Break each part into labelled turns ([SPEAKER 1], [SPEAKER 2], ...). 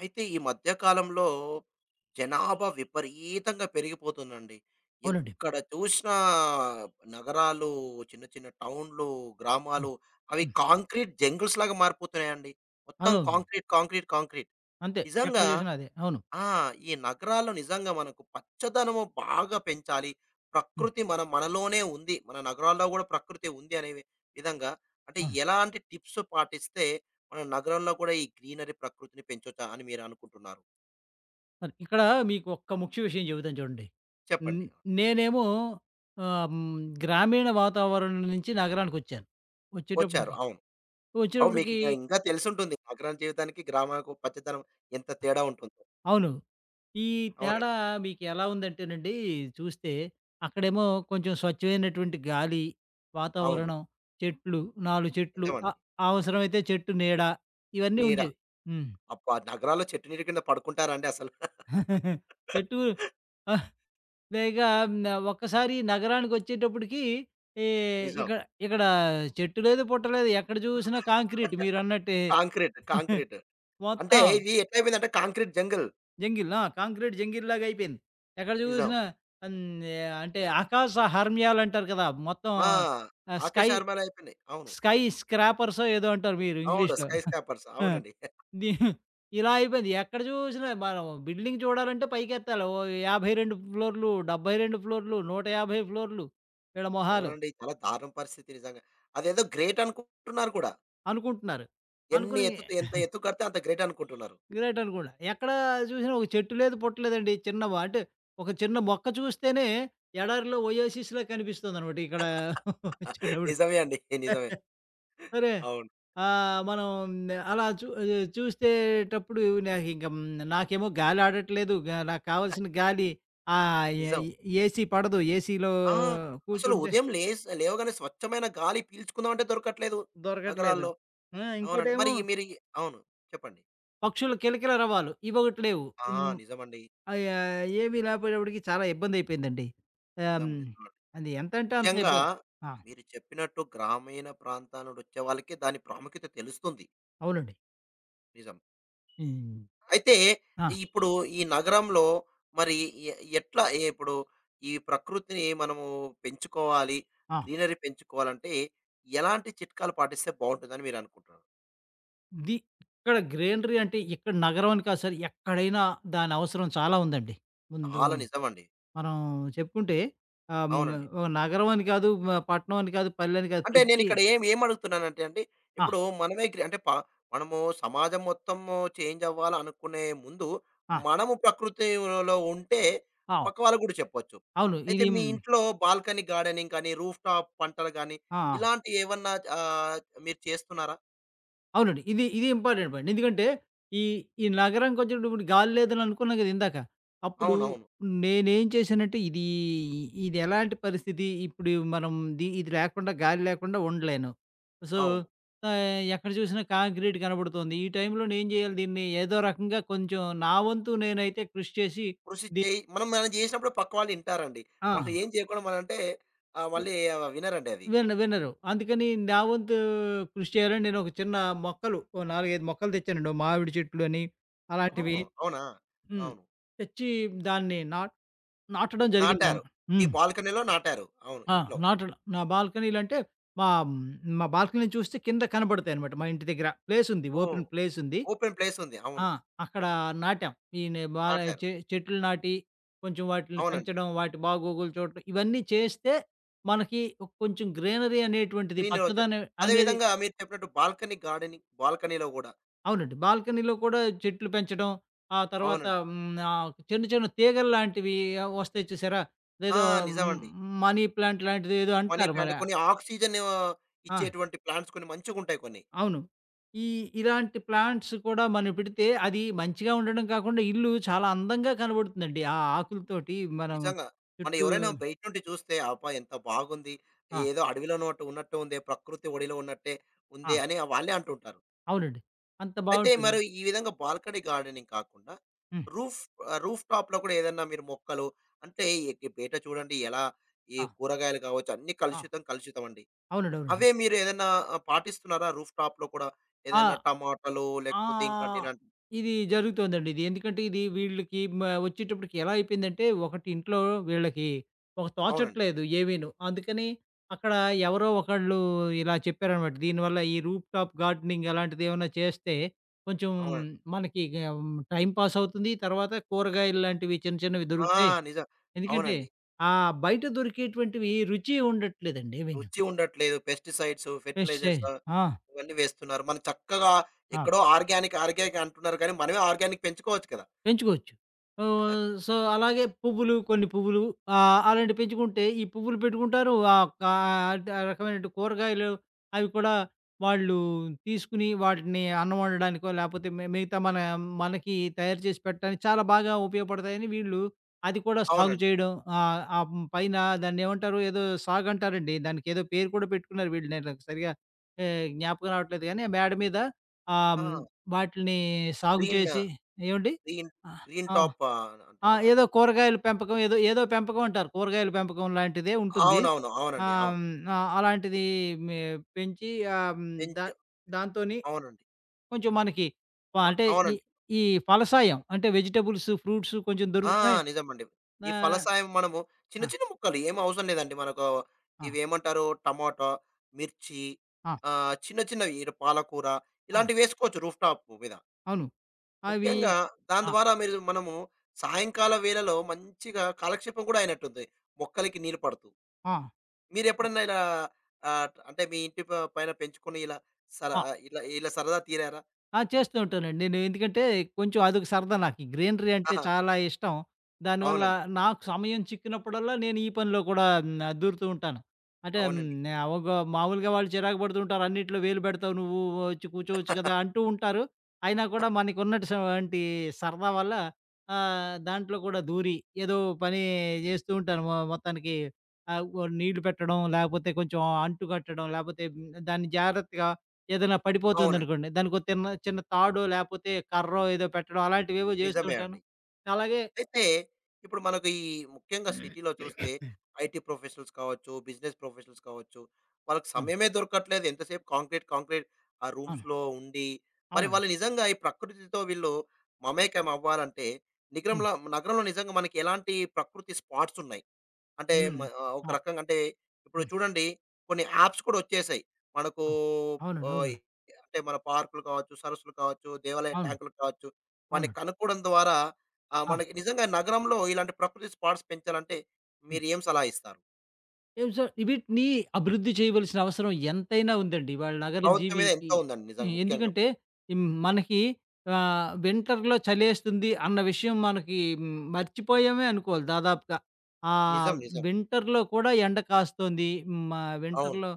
[SPEAKER 1] అయితే ఈ మధ్య కాలంలో జనాభా విపరీతంగా పెరిగిపోతుందండి.
[SPEAKER 2] అవునండి.
[SPEAKER 1] ఎక్కడ చూసినా నగరాలు, చిన్న చిన్న టౌన్‌లు, గ్రామాలు
[SPEAKER 2] హ్మ్.
[SPEAKER 1] అవి
[SPEAKER 2] హ్మ్.
[SPEAKER 1] కాంక్రీట్ జంగిల్స్‌లాగా మారిపోతున్నాయండి. మొత్తం
[SPEAKER 2] అదవును.
[SPEAKER 1] Concrete, concrete, concrete.
[SPEAKER 2] అంతే. ఎక్కడ
[SPEAKER 1] నిజంగా
[SPEAKER 2] చూసినా అదే. అవును.
[SPEAKER 1] ఆ! ఈ నగరాల్లో నిజంగా మనకు పచ్చదనము బాగా పెంచాలి.
[SPEAKER 2] హ్మ్.
[SPEAKER 1] ప్రకృతి మనలోనే ఉంది. మన నగరాల్లో గూడా ప్రకృతి ఉంది అనే విధంగా, అంటే
[SPEAKER 2] అవును.
[SPEAKER 1] ఎలాంటి టిప్స్ పాటిస్తే మన నగరంలో కూడా ఈ గ్రీనరీ ప్రకృతిని పెంచొచ్చా అని మీరు అనుకుంటున్నారు?
[SPEAKER 2] మరి ఇక్కడ మీకు ఒక్క ముఖ్య విషయం చెబుతాను చూడండి. హ్మ్.
[SPEAKER 1] చెప్పండి.
[SPEAKER 2] నేనేమో ఆహ్, హ్మ్. గ్రామీణ వాతావరణం నుంచి నగరానికొచ్చాను.
[SPEAKER 1] వచ్చారు.
[SPEAKER 2] వచ్చేటప్పటికి
[SPEAKER 1] అవును. అవును.
[SPEAKER 2] వచ్చేటప్పటికి
[SPEAKER 1] మీకింకా తెలిసుంటుంది. నగరం జీవితానికి, గ్రామాలకు పచ్చదనం ఎంత తేడా ఉంటుందో.
[SPEAKER 2] అవును. ఈ తేడా
[SPEAKER 1] అవునండి.
[SPEAKER 2] మీకు ఎలా ఉందంటేనండి చూస్తే, అక్కడేమో కొంచెం స్వచ్ఛమైనటువంటి గాలి,
[SPEAKER 1] అవును.
[SPEAKER 2] వాతావరణం, చెట్లు 4 చెట్లు
[SPEAKER 1] నిజమండి.
[SPEAKER 2] అవసరమైతే చెట్టు నీడ ఇవన్నీ
[SPEAKER 1] నీడ.
[SPEAKER 2] ఉండేవి. హ్మ్.
[SPEAKER 1] అబ్బా! నగరాల్లో చెట్టు నీడ కింద పడుకుంటారండి అసలు.
[SPEAKER 2] చెట్టు ఆ! పైగా ఒక్కసారి నగరానికొచ్చేటప్పటికి ఈ
[SPEAKER 1] నిజం.
[SPEAKER 2] ఇక్కడ ఇక్కడ చెట్టు లేదు, పుట్ట లేదు. ఎక్కడ చూసినా కాంక్రీట్ మీరన్నట్టే.
[SPEAKER 1] కాంక్రీట్. కాంక్రీట్. అంటే
[SPEAKER 2] మొత్తం
[SPEAKER 1] ఇది ఎట్లయిపోయిందంటే కాంక్రీట్ జంగిల్.
[SPEAKER 2] జంగిల్. ఆ! కాంక్రీట్ జంగిల్‌లాగా అయిపోయింది. ఎక్కడ
[SPEAKER 1] నిజం.
[SPEAKER 2] చూసినా హ్మ్. అంటే ఆకాశ హర్మ్యాలంటారు కదా! మొత్తం
[SPEAKER 1] ఆ! ఆకాష్
[SPEAKER 2] స్కై
[SPEAKER 1] ఆర్మలయిపోయినాయి. అవును.
[SPEAKER 2] స్కై స్క్రాపర్సో ఏదో అంటారు మీరు
[SPEAKER 1] అవును.
[SPEAKER 2] ఇంగ్లీష్‌లో.
[SPEAKER 1] Skyscrapers.
[SPEAKER 2] ఆ!
[SPEAKER 1] అవునండి.
[SPEAKER 2] ది ఇలా అయిపోయింది. ఎక్కడ చూసినా మనం బిల్డింగ్ చూడాలంటే పైకెత్తాలి. ఓ 52 ఫ్లోర్‌లు, 72 ఫ్లోర్‌లు, 150 ఫ్లోర్‌లు వీళ్ళ మొహాలు
[SPEAKER 1] అవునండి. చాలా దారుణ పరిస్థితి నిజంగా. అదేదో గ్రేట్ అనుకుంటున్నారు కూడా.
[SPEAKER 2] అనుకుంటున్నారు.
[SPEAKER 1] ఎన్ని
[SPEAKER 2] అనుకుని
[SPEAKER 1] ఎత్తు ఎంత ఎత్తు కడితే అంత గ్రేట్ అనుకుంటున్నారు.
[SPEAKER 2] గ్రేట్ అనుకోండి. ఎక్కడ చూసినా ఒక చెట్టు లేదు, పుట్ట లేదండి. చిన్న వ అంటే ఒక చిన్న మొక్క చూస్తేనే ఎడారిలో ఒయేసిస్‌లా కనిపిస్తుందనమాట. ఇక్కడ వచ్చేటప్పటికి.
[SPEAKER 1] నిజమే అండి. నిజమే.
[SPEAKER 2] సరే.
[SPEAKER 1] అవును.
[SPEAKER 2] మనం అలా చూ చూసేటప్పుడు నాకింక హ్మ్, నాకేమో గాలి ఆడట్లేదు. నాకు కావాల్సిన గాలి ఆహ్, ఏ
[SPEAKER 1] నిజం.
[SPEAKER 2] ఏసీ పడదు. ఏసీలో
[SPEAKER 1] ఆ! అసలు
[SPEAKER 2] కూర్చుంటే
[SPEAKER 1] ఉదయం లేవగానే స్వచ్ఛమైన గాలి పీల్చుకుందామంటే దొరకట్లేదు
[SPEAKER 2] దొరకట్లేదు.
[SPEAKER 1] నగరాల్లో.
[SPEAKER 2] ఆ!
[SPEAKER 1] అవునండి. మరి
[SPEAKER 2] ఇంకోటేమో
[SPEAKER 1] మీరు అవును. చెప్పండి.
[SPEAKER 2] పక్షుల కిలకిల రవాలు ఇవొకటి లేవు.
[SPEAKER 1] ఆ!
[SPEAKER 2] హ్మ్.
[SPEAKER 1] నిజమండి.
[SPEAKER 2] అయ ఏమీ లేపోయేటప్పటికి చాలా ఇబ్బందయిపోయిందండి. ఆహ్,
[SPEAKER 1] నిజం.
[SPEAKER 2] హ్మ్.
[SPEAKER 1] నిజం.
[SPEAKER 2] అది ఎంతంటే అంత
[SPEAKER 1] ముఖ్యంగా
[SPEAKER 2] ఇబ్బంది. ఆ!
[SPEAKER 1] మీరు చెప్పినట్టు గ్రామీణ ప్రాంతాల నుండి వచ్చే వాళ్ళకి దాని ప్రాముఖ్యత తెలుస్తుంది.
[SPEAKER 2] అవునండి.
[SPEAKER 1] నిజం.
[SPEAKER 2] హ్మ్.
[SPEAKER 1] అయితే
[SPEAKER 2] ఆ!
[SPEAKER 1] ఇప్పుడు ఈ నగరంలో మరి ఎ ఇప్పుడు ఈ ప్రకృతిని మనము పెంచుకోవాలి,
[SPEAKER 2] ఆ!
[SPEAKER 1] గ్రీనరీ పెంచుకోవాలంటే ఎలాంటి చిట్కాలు పాటిస్తే బావుంటుందని మీరనుకుంటున్నారు?
[SPEAKER 2] ఇది ఇక్కడ గ్రీనరీ అంటే ఇక్కడ నగరం అని కాదు సార్. ఎక్కడైనా దాని అవసరం చాలా ఉందండి. ముందు
[SPEAKER 1] చాలా నిజమండి.
[SPEAKER 2] మనం చెప్పుకుంటే ఆహ్, హ్మ్.
[SPEAKER 1] అవునండి.
[SPEAKER 2] ఓహ్, నగరం అని కాదు, పట్టణం అని కాదు, పల్లె అని కాదు
[SPEAKER 1] అంటే
[SPEAKER 2] ప్రతి
[SPEAKER 1] నేనిక్కడ ఏమడుగుతున్నానంటే అండి,
[SPEAKER 2] ఆ!
[SPEAKER 1] ఇప్పుడు మనమే గ్రి అంటే ప మనము సమాజం మొత్తము చేంజ్ అవ్వాలనుకునే ముందు,
[SPEAKER 2] ఆ!
[SPEAKER 1] మనము ప్రకృతిలో ఉంటే
[SPEAKER 2] అవ్
[SPEAKER 1] పక్క వాళ్ళకి గూడా చెప్పొచ్చు.
[SPEAKER 2] అవును.
[SPEAKER 1] అయితే
[SPEAKER 2] ఇది
[SPEAKER 1] మీ
[SPEAKER 2] హ్మ్.
[SPEAKER 1] ఇంట్లో బాల్కనీ గార్డెనింగ్ కానీ, రూఫ్‌టాప్ పంటలు గానీ,
[SPEAKER 2] ఆ!
[SPEAKER 1] ఇలాంటివి ఏమన్నా ఆహ్, మీరు చేస్తున్నారా?
[SPEAKER 2] అవునండి. ఇది ఇంపార్టెంట్ పాయింట్. ఎందుకంటే ఈ, ఈ నగరంకొచ్చేటప్పుడు గాలి లేదని అనుకున్నా గదా! ఇందాక. అప్పుడు
[SPEAKER 1] అవునవును.
[SPEAKER 2] నేనేం చేశానంటే ఇది ఎలాంటి పరిస్థితి? ఇప్పుడు మనం ఇది లేకుండా గాలి లేకుండా ఉండలేను. సో,
[SPEAKER 1] అవును.
[SPEAKER 2] ఎక్కడ చూసినా కాంక్రీట్ కనబడుతోంది. ఈ టైంలో నేను జేయాలి దీన్ని ఏదో రకంగా కొంచెం నా వంతు నేనైతే కృషి చేసి
[SPEAKER 1] కృషి
[SPEAKER 2] ది
[SPEAKER 1] చేయి మనం మనం జేసినప్పుడు పక్క వాళ్ళు ఇంటారండి.
[SPEAKER 2] ఆ!
[SPEAKER 1] మనం ఏం చేయకుండా మనంటే మళ్ళీ వినరండి అది.
[SPEAKER 2] వినరు. అందుకని నా వంతు కృషి చేయాలని నేను ఒక చిన్న మొక్కలు ఓ 4, 5 మొక్కలు తెచ్చానండి. ఓ మామిడి చెట్లు అని
[SPEAKER 1] ఓహో!
[SPEAKER 2] అలాంటివి.
[SPEAKER 1] అవునా?
[SPEAKER 2] హ్మ్.
[SPEAKER 1] అవును.
[SPEAKER 2] తెచ్చి దాన్ని నాటడం
[SPEAKER 1] నాటారు.
[SPEAKER 2] జరిగిందనమాట.
[SPEAKER 1] మీ
[SPEAKER 2] హ్మ్.
[SPEAKER 1] బాల్కనీలో నాటారు. అవును.
[SPEAKER 2] ఆ!
[SPEAKER 1] ఇంట్లో.
[SPEAKER 2] నాటడం. నా బాల్కనీలో అంటే మా హ్మ్, మా బాల్కనీ నుంచి చూస్తే కింద కనపడతాయనమాట. మా ఇంటి దగ్గర ప్లేసుంది.
[SPEAKER 1] ఓహ్!
[SPEAKER 2] ఓపెన్ ప్లేసుంది.
[SPEAKER 1] ఓపెన్ ప్లేస్ ఉంది.
[SPEAKER 2] ఆ!
[SPEAKER 1] అవును.
[SPEAKER 2] అక్కడ నాటాం. ఈ నే బాగా
[SPEAKER 1] నాటారు.
[SPEAKER 2] చె చెట్లు నాటి, కొంచెం వాటిల్ని
[SPEAKER 1] అవునండి.
[SPEAKER 2] పెంచడం, వాటి బాగోగులు చూడటం ఇవన్నీ చేస్తే మనకి కొంచెం గ్రీనరీ అనేటువంటిది
[SPEAKER 1] గ్రీనరీ వచ్చే
[SPEAKER 2] పచ్చదనం
[SPEAKER 1] అదే
[SPEAKER 2] అనేది
[SPEAKER 1] విధంగా మీరు చెప్పినట్టు బాల్కనీ గార్డెనింగ్ బాల్కనీలో గూడా
[SPEAKER 2] అవునండి. బాల్కనీలో కూడా చెట్లు పెంచడం, ఆ తర్వాత
[SPEAKER 1] అవునండి.
[SPEAKER 2] చిన్న చిన్న తీగల్లాంటివి వస్తాయి చూసారా?
[SPEAKER 1] ఆ!
[SPEAKER 2] అదేదో హ్మ్,
[SPEAKER 1] నిజమండి.
[SPEAKER 2] మనీ ప్లాంట్ లాంటిది ఏదో
[SPEAKER 1] మనీ
[SPEAKER 2] అంటారు
[SPEAKER 1] ప్లాంట్
[SPEAKER 2] మరి.
[SPEAKER 1] కొన్ని ఆక్సిజన్
[SPEAKER 2] ఆ!
[SPEAKER 1] ఇచ్చేటువంటి ప్లాంట్స్ కొన్ని మంచిగుంటాయి కొన్ని.
[SPEAKER 2] అవును. ఈ ఇలాంటి ప్లాంట్స్ కూడా మనం పెడితే అది మంచిగా ఉండడం కాకుండా ఇల్లు చాలా అందంగా కనబడుతుందండి. ఆ ఆకులతోటి మనం
[SPEAKER 1] నిజంగా. మనం
[SPEAKER 2] చుట్టూ
[SPEAKER 1] ఎవరైనా బయట నుండి చూస్తే అబ్బా! ఎంత బాగుంది.
[SPEAKER 2] ఆ!
[SPEAKER 1] ఏదో అడవిలో ఉన్నట్టు ఉన్నట్టు ఉందే, ప్రకృతి ఒడిలో ఉన్నట్టే
[SPEAKER 2] ఆ!
[SPEAKER 1] ఉందే అని వాళ్ళే అంటుంటారు.
[SPEAKER 2] అవునండి. అంత
[SPEAKER 1] అయితే
[SPEAKER 2] బావుంటుంది.
[SPEAKER 1] మరి ఈ విధంగా బాల్కనీ గార్డెనింగ్ కాకుండా
[SPEAKER 2] హ్మ్.
[SPEAKER 1] రూఫ్ రూఫ్ టాప్‌లో కూడా ఏదన్నా మీరు మొక్కలు అంటే ఈ బయట చూడండి ఎలా ఈ
[SPEAKER 2] ఆ!
[SPEAKER 1] కూరగాయలు కావచ్చు అన్నీ
[SPEAKER 2] ఆ!
[SPEAKER 1] కలుషితం, కలుషితం అండి.
[SPEAKER 2] అవునండి. అవునండి.
[SPEAKER 1] అవే మీరు ఏదన్నా పాటిస్తున్నారా రూఫ్ టాప్‌లో కూడా?
[SPEAKER 2] ఆ!
[SPEAKER 1] ఏదన్నా టమాటాలు లేకపోతే ఇంకోటి
[SPEAKER 2] ఆ!
[SPEAKER 1] ఇలాంటివి
[SPEAKER 2] ఇది జరుగుతోందండి. ఇది ఎందుకంటే ఇది వీళ్ళకి వచ్చేటప్పటికి ఎలా అయిపోయిందంటే ఒకటి ఇంట్లో వీళ్ళకి
[SPEAKER 1] అవునండి.
[SPEAKER 2] తోచట్లేదు ఏమీను. అందుకని అక్కడ ఎవరో ఒకళ్ళు ఇలా చెప్పారనమాట. దీనివల్ల ఈ రూఫ్ టాప్ గార్డెనింగ్ అలాంటిది ఏమన్నా చేస్తే కొంచెం
[SPEAKER 1] అవునండి.
[SPEAKER 2] మనకి టైం పాస్ అవుతుంది. తర్వాత కూరగాయలు లాంటివి చిన్న చిన్నవి
[SPEAKER 1] ఆ!
[SPEAKER 2] దొరుకుతాయి.
[SPEAKER 1] నిజం.
[SPEAKER 2] ఎందుకంటే
[SPEAKER 1] అవునండి.
[SPEAKER 2] ఆ బయట దొరికేటువంటివి రుచి ఉండట్లేదండి ఏమీను.
[SPEAKER 1] రుచి ఉండట్లేదు. పెస్టిసైడ్స్,
[SPEAKER 2] ఫ్రెష్
[SPEAKER 1] ఫెర్టిలైజర్స్
[SPEAKER 2] ఆ!
[SPEAKER 1] ఇవన్నీ వేస్తున్నారు. మనం చక్కగా
[SPEAKER 2] ఆ!
[SPEAKER 1] ఎక్కడో ఆర్గానిక్, ఆర్గానిక్ అంటున్నారు కానీ మనమే ఆర్గానిక్ పెంచుకోవచ్చు కదా!
[SPEAKER 2] పెంచుకోవచ్చు. సో, అలాగే పువ్వులు కొన్ని పువ్వులు అలాంటివి పెంచుకుంటే ఈ పువ్వులు పెట్టుకుంటారు. ఆహ్, కా అంటే ఆ రకమైనటు కూరగాయలు అవి కూడా వాళ్ళు తీసుకుని వాటిని అన్నం వండడానికో లేపోతే మిగతా మనకి తయారు చేసి పెట్టడానికి చాలా బాగా ఉపయోగపడతాయని వీళ్ళు అది కూడా సాగు
[SPEAKER 1] అవునండి.
[SPEAKER 2] చేయడం. ఆ పైన దాన్నేమంటారు ఏదో సాగంటారండి. దానికేదో పేరు కూడా పెట్టుకున్నారు వీళ్ళు నాకు సరిగ్గా జ్ఞాపకం రావట్లేదు గానీ, ఆ మేడ మీద ఆహ్,
[SPEAKER 1] ఆ!
[SPEAKER 2] హ్మ్, వాటిల్ని సాగు
[SPEAKER 1] గ్రీన్
[SPEAKER 2] చేసి ఏవండి?
[SPEAKER 1] గ్రీన్,
[SPEAKER 2] ఆ! ఆ! ఆ!
[SPEAKER 1] అంటారా?
[SPEAKER 2] ఏదో
[SPEAKER 1] అట్లేమో
[SPEAKER 2] కూరగాయల పెంపకం ఏదో, ఏదో పెంపకం అంటారు. కూరగాయల పెంపకం లాంటిదే ఉంటుంది.
[SPEAKER 1] అవునవును. అవునండి.
[SPEAKER 2] ఆహ్,
[SPEAKER 1] అవును.
[SPEAKER 2] హ్మ్. అలాంటిది మే పెంచి ఆహ్, హ్మ్. దా
[SPEAKER 1] పెంచి
[SPEAKER 2] దాంతోని
[SPEAKER 1] అవునండి.
[SPEAKER 2] కొంచెం మనకి
[SPEAKER 1] మ
[SPEAKER 2] అంటే ఈ
[SPEAKER 1] అవునండి.
[SPEAKER 2] ఈ ఫలసాయం అంటే వెజిటబుల్స్, ఫ్రూట్స్ కొంచెం
[SPEAKER 1] ఆ!
[SPEAKER 2] దొరుకుతున్నాయి.
[SPEAKER 1] నిజమండి. ఈ
[SPEAKER 2] ఆహ్,
[SPEAKER 1] ఫలసాయం మనము చిన్న
[SPEAKER 2] ఆ!
[SPEAKER 1] చిన్న ముక్కలు ఏమి అవసరం లేదండి. మనకు
[SPEAKER 2] ఆ!
[SPEAKER 1] ఇవేమంటారు టమాటా, మిర్చి
[SPEAKER 2] ఆ!
[SPEAKER 1] చిన్న చిన్నవి ఇటు పాలకూర
[SPEAKER 2] అవును.
[SPEAKER 1] ఇలాంటివి వేసుకోవచ్చు రూఫ్ టాప్ మీద.
[SPEAKER 2] అవును. అవి
[SPEAKER 1] ముఖ్యంగా దాని
[SPEAKER 2] ఆ!
[SPEAKER 1] ద్వారా మీరు మనము సాయంకాల వేళలో మంచిగా కాలక్షేపం కూడా అయినట్టుంది. మొక్కలకి నీళ్ళు పడుతూ.
[SPEAKER 2] ఆ!
[SPEAKER 1] మీరెప్పుడన్నా ఇలా అంటే మీ ఇంటి పైన పెంచుకొని సర
[SPEAKER 2] ఆ!
[SPEAKER 1] ఇలా ఇలా సరదా తీరారా?
[SPEAKER 2] ఆ! చేస్తూ ఉంటానండి. నేను ఎందుకంటే కొంచెం అదొక సరదా నాకు. ఈ గ్రీనరీ అంటే
[SPEAKER 1] ఆహా!
[SPEAKER 2] చాలా ఇష్టం. దానివల్ల
[SPEAKER 1] అవునండి.
[SPEAKER 2] నాకు సమయం చిక్కినప్పుడల్లా నేను ఈ పనిలో కూడా దూరుతూ ఉంటాను. అంటే హ్మ్,
[SPEAKER 1] అవునండి.
[SPEAKER 2] ఒక మామూలుగా వాళ్ళు చిరాకు పడుతూ ఉంటారు. అన్నిట్లో వేలు పెడతావు నువ్వు వచ్చి కూర్చోవచ్చు కదా! అంటూ ఉంటారు. అయినా కూడా మనకు ఉన్నటువంటి సరదా వల్ల దాంట్లో కూడా దూరి ఏదో పని చేస్తూ ఉంటాను. మొత్తానికి ఓ నీళ్లు పెట్టడం, లేకపోతే కొంచెం అంటు కట్టడం, లేకపోతే దాన్ని జాగ్రత్తగా ఏదైనా
[SPEAKER 1] అవునండి.
[SPEAKER 2] పడిపోతుందనుకోండి. దానికో తిన్న చిన్న చిన్న తాడో, లేపోతే కర్రో ఏదో పెట్టడం అలాంటివేవో జేస్తూ
[SPEAKER 1] నిజమే
[SPEAKER 2] ఉంటాను.
[SPEAKER 1] అండి.
[SPEAKER 2] అలాగే
[SPEAKER 1] అయితే ఇప్పుడు మనకు ఈ ముఖ్యంగా సిటీలో చూస్తే ఐటీ ప్రొఫెషనల్స్ కావచ్చు, బిజినెస్ ప్రొఫెషనల్స్ కావచ్చు, వాళ్ళకి
[SPEAKER 2] అవును.
[SPEAKER 1] సమయమే దొరకట్లేదు. ఎంతసేపు కాంక్రీట్, కాంక్రీట్ ఆ
[SPEAKER 2] అవును.
[SPEAKER 1] రూమ్స్‌లో ఉండి, మరి
[SPEAKER 2] అవునండి.
[SPEAKER 1] వాళ్ళు నిజంగా ఈ ప్రకృతితో వీళ్ళు మమేకం అవ్వాలంటే
[SPEAKER 2] అవును.
[SPEAKER 1] నిగరంలో నగరంలో నిజంగా మనకి ఎలాంటి ప్రకృతి స్పాట్స్ ఉన్నాయి? అంటే
[SPEAKER 2] హ్మ్.
[SPEAKER 1] ఒక
[SPEAKER 2] ఆ!
[SPEAKER 1] రకంగా అంటే ఇప్పుడు
[SPEAKER 2] హ్మ్.
[SPEAKER 1] చూడండి కొన్ని యాప్స్ కూడా వచ్చేసాయి. మనకు
[SPEAKER 2] ఆ! అవునండి.
[SPEAKER 1] ఓహ్!
[SPEAKER 2] అవునండి.
[SPEAKER 1] అంటే మన పార్కులు కావచ్చు, సరస్సులు కావచ్చు, దేవాలయ
[SPEAKER 2] అవును.
[SPEAKER 1] ట్యాంకులు కావచ్చు, వాటిని
[SPEAKER 2] అవునండి.
[SPEAKER 1] కనుక్కోవడం ద్వారా
[SPEAKER 2] ఆ!
[SPEAKER 1] మనకి నిజంగా నగరంలో ఇలాంటి ప్రకృతి స్పాట్స్ పెంచాలంటే
[SPEAKER 2] హ్మ్.
[SPEAKER 1] మీరు ఏం సలహా ఇస్తారు?
[SPEAKER 2] సో వీటిని అభివృద్ధి చేయవలసిన అవసరం ఎంతైనా ఉందండి. ఇవాళ నగర
[SPEAKER 1] ప్రభుత్వం మీద
[SPEAKER 2] జీవికి
[SPEAKER 1] ఎంతో ఉందండి నిజంగా ముఖ్యంగా.
[SPEAKER 2] ఎందుకంటే మనకి వింటర్‌లో చలేస్తుంది అన్న విషయం మనకి మర్చిపోయామే అనుకోవాలి దాదాపుగా. ఆ
[SPEAKER 1] నిజం. నిజం.
[SPEAKER 2] వింటర్‌లో కూడా ఎండ కాస్తోంది.
[SPEAKER 1] అవును.
[SPEAKER 2] వింటర్‌లో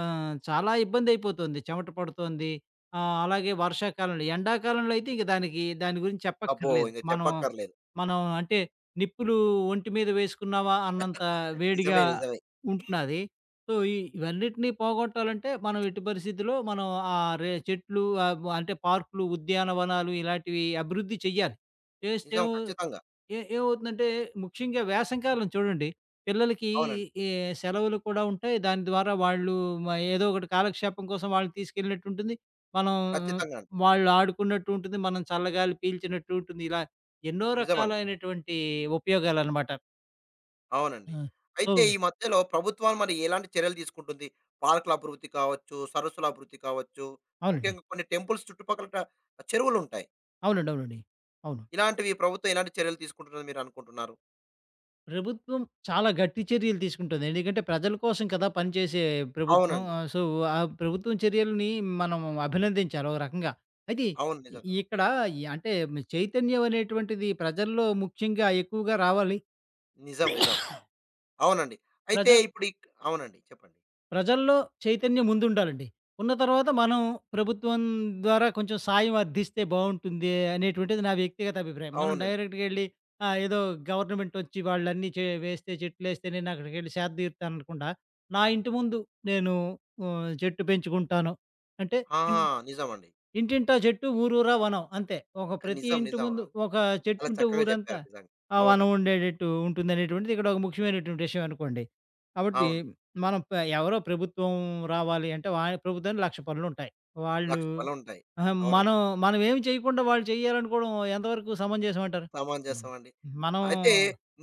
[SPEAKER 2] చాలా ఇబ్బందయిపోతుంది. చెమట పడుతోంది. అలాగే వర్షాకాలంలో ఎండాకాలంలో అయితే ఇంక దాని గురించి
[SPEAKER 1] అబ్బో!
[SPEAKER 2] చెప్పక్కర్లేదు.
[SPEAKER 1] ఇంక
[SPEAKER 2] మనం
[SPEAKER 1] చెప్పక్కర్లేదు.
[SPEAKER 2] మనం అంటే నిప్పులు ఒంటి మీద వేసుకున్నావా అన్నంత వేడిగా
[SPEAKER 1] నిజమే. నిజమే.
[SPEAKER 2] ఉంటున్నాది. సో, ఇవన్నిటిని పోగొట్టాలంటే ఎట్టి పరిస్థితిలో మనం ఆహ్, రే చెట్లు ఆహ్, వ అంటే పార్కులు, ఉద్యానవనాలు ఇలాంటివి అభివృద్ధి చెయ్యాలి. చేస్తే
[SPEAKER 1] నిజం.
[SPEAKER 2] ఏమవు
[SPEAKER 1] ఖచ్చితంగా.
[SPEAKER 2] ఏమవుతుందంటే ముఖ్యంగా వేసవికాలం చూడండి. పిల్లలకి
[SPEAKER 1] అవునండి.
[SPEAKER 2] ఈ సెలవులు కూడా ఉంటాయి. దాని ద్వారా వాళ్ళు మ ఏదో ఒకటి కాలక్షేపం కోసం వాళ్ళని తీసుకెళ్ళినట్టు ఉంటుంది. మనం
[SPEAKER 1] ఖచ్చితంగా అండి.
[SPEAKER 2] వాళ్ళు ఆడుకున్నట్టు ఉంటుంది. మనం చల్లగాలి పీల్చినట్టు ఉంటుంది. ఇలా ఎన్నో
[SPEAKER 1] నిజమండి.
[SPEAKER 2] రకాలైనటువంటి ఉపయోగాలనమాట.
[SPEAKER 1] అవునండి.
[SPEAKER 2] ఆ! సో
[SPEAKER 1] అయితే ఈ మధ్యలో ప్రభుత్వాలు మరి ఎలాంటి చర్యలు తీసుకుంటుంది? పార్కుల అభివృద్ధి కావచ్చు, సరస్సుల అభివృద్ధి కావచ్చు,
[SPEAKER 2] అవునండి.
[SPEAKER 1] ముఖ్యంగా కొన్ని టెంపుల్స్ చుట్టుపక్కల చెరువులుంటాయి.
[SPEAKER 2] అవునండి. అవునండి. అవును.
[SPEAKER 1] ఇలాంటివి ప్రభుత్వం ఎలాంటి చర్యలు తీసుకుంటుందని మీరనుకుంటున్నారు?
[SPEAKER 2] ప్రభుత్వం చాలా గట్టి చర్యలు తీసుకుంటుంది. ఎందుకంటే ప్రజల కోసం కదా పనిచేసే ప్రభుత్వం.
[SPEAKER 1] అవునండి.
[SPEAKER 2] సో, ఆ ప్రభుత్వం చర్యలని మనం అభినందించాలి ఒక రకంగా. అయితే
[SPEAKER 1] అవును. నిజంగా.
[SPEAKER 2] ఇక్కడ అంటే చైతన్యం అనేటువంటిది ప్రజల్లో ముఖ్యంగా ఎక్కువగా రావాలి.
[SPEAKER 1] నిజం. నిజం. అవునండి. అయితే
[SPEAKER 2] ప్రజా
[SPEAKER 1] ఇప్పుడు అవునండి. చెప్పండి.
[SPEAKER 2] ప్రజల్లో చైతన్యం ముందుండాలండి. ఉన్న తర్వాత మనం ప్రభుత్వం ద్వారా కొంచెం సాయం అర్థిస్తే బావుంటుంది అనేటువంటిది నా వ్యక్తిగత అభిప్రాయం. మనం
[SPEAKER 1] అవునండి.
[SPEAKER 2] డైరెక్ట్‌గా ఎళ్లి ఆ! ఏదో గవర్నమెంట్ ఒచ్చి వాళ్ళన్నీ వేస్తే చెట్లేస్తే నేనక్కడికెళ్ళి సేద తీరుతాననకుండా, నా ఇంటి ముందు నేను చెట్టు పెంచుకుంటాను. అంటే
[SPEAKER 1] ఆ!
[SPEAKER 2] ఇన్
[SPEAKER 1] నిజమండి.
[SPEAKER 2] ఇంటింటా చెట్టు, ఊరూరా వనం అంతే. ప్రతి
[SPEAKER 1] నిజం.
[SPEAKER 2] ఇంటి
[SPEAKER 1] నిజం.
[SPEAKER 2] ముందు ఒక
[SPEAKER 1] అలా
[SPEAKER 2] చెట్టుంటే
[SPEAKER 1] చక్కగా
[SPEAKER 2] ఊరంతా
[SPEAKER 1] చెప్పారు నిజంగా.
[SPEAKER 2] ఆ వనం
[SPEAKER 1] అవునండి.
[SPEAKER 2] ఉండేటట్టు ఉంటుందనేటువంటిది ఇక్కడ ఒక ముఖ్యమైనటువంటి విషయం అనుకోండి. కాబట్టి
[SPEAKER 1] అవును.
[SPEAKER 2] మనం ఎవరో ప్రభుత్వం రావాలి అంటే ప్రభుత్వానికి 1,00,000 పనులుంటాయి. వాళ్ళు
[SPEAKER 1] లక్ష పనులుంటాయి.
[SPEAKER 2] అహా! మనం
[SPEAKER 1] అవునండి.
[SPEAKER 2] మనం ఏమి చేయకుండా వాళ్ళు చేయాలనుకోవడం ఎంతవరకు సమంజసం అంటారు? హ్మ్.
[SPEAKER 1] సమంజసమండి.
[SPEAKER 2] మనం
[SPEAKER 1] అయితే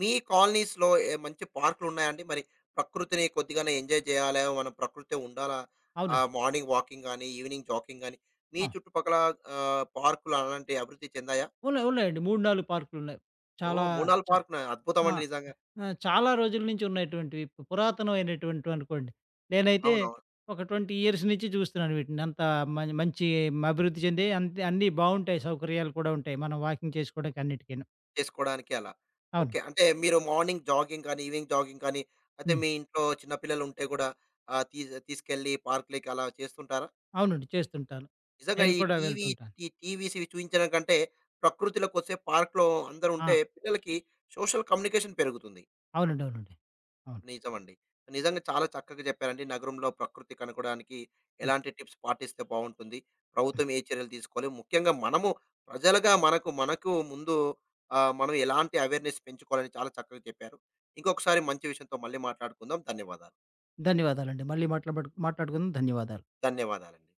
[SPEAKER 1] మీ కాలనీస్‌లో ఏ మంచి పార్కులున్నాయండి? మరి ప్రకృతిని కొద్దిగానే ఎంజాయ్ చేయాలా, మనం ప్రకృతితో ఉండాలా,
[SPEAKER 2] అవునండి.
[SPEAKER 1] మార్నింగ్ వాకింగ్ గాని, ఈవినింగ్ జాకింగ్ గాని, మీ
[SPEAKER 2] ఆ!
[SPEAKER 1] చుట్టుపక్కల పార్కులు అలాంటివి అభివృద్ధి చెందాయా?
[SPEAKER 2] ఉన్నాయి. ఉన్నాయండి. 3, 4 పార్కులున్నాయి. చాలా
[SPEAKER 1] ఓహ్! 3, 4
[SPEAKER 2] చ
[SPEAKER 1] పార్కులా?
[SPEAKER 2] ఆ!
[SPEAKER 1] అద్భుతమండి నిజంగా.
[SPEAKER 2] ఆ! చాలా రోజుల నుంచి ఉన్నటువంటివి. పురాతనమైనటువంటివి అనుకోండి. నేనైతే
[SPEAKER 1] అవునవును.
[SPEAKER 2] ఒక 20 ఇయర్స్ నుంచి చూస్తున్నాను వీటిని. అంత మంచి అభివృద్ధి చెందాయి. అంతే అన్నీ బావుంటాయి. సౌకర్యాలు కూడా ఉంటాయి. మనం వాకింగ్ చేసుకోవడానికి అన్నిటికీను.
[SPEAKER 1] చేసుకోవడానికి అలా.
[SPEAKER 2] అవును.
[SPEAKER 1] ఓకే. అంటే మీరు మార్నింగ్ జాగింగ్ కానీ, ఈవినింగ్ జాగింగ్ కానీ, అయితే
[SPEAKER 2] హ్మ్.
[SPEAKER 1] మీ ఇంట్లో చిన్న పిల్లలుంటే గూడా తీసుకెళ్ళి పార్కులకి అలా చేస్తుంటారా?
[SPEAKER 2] అవునండి. చేస్తుంటాను.
[SPEAKER 1] నిజంగా
[SPEAKER 2] నేను
[SPEAKER 1] ఈ
[SPEAKER 2] కూడా
[SPEAKER 1] టీవీ
[SPEAKER 2] వెళ్తుంటాను.
[SPEAKER 1] ఈ టీవీస్ ఇవి చూయించడం కంటే, ప్రకృతిలో కొద్దిసేపు పార్క్‌లో అందరూ
[SPEAKER 2] ఆ!
[SPEAKER 1] ఉంటే పిల్లలకి సోషల్ కమ్యూనికేషన్ పెరుగుతుంది.
[SPEAKER 2] అవునండి. అవునండి. అవును.
[SPEAKER 1] నిజమండి. నిజంగా చాలా చక్కగా చెప్పారండి. నగరంలో ప్రకృతి కనుగొనడానికి
[SPEAKER 2] హ్మ్.
[SPEAKER 1] ఎలాంటి టిప్స్ పాటిస్తే బావుంటుంది?
[SPEAKER 2] హ్మ్.
[SPEAKER 1] ప్రభుత్వం ఏ చర్యలు తీసుకోవాలి? ముఖ్యంగా మనము ప్రజలుగా మనకు మనకు ముందు మనం ఎలాంటి అవేర్‌నెస్ పెంచుకోవాలని చాలా చక్కగా చెప్పారు. ఇంకొకసారి మంచి విషయంతో మళ్ళీ మాట్లాడుకుందాం. ధన్యవాదాలు.
[SPEAKER 2] ధన్యవాదాలండి. మళ్ళీ మాట్లాడుకుందాం. ధన్యవాదాలు.
[SPEAKER 1] ధన్యవాదాలండి.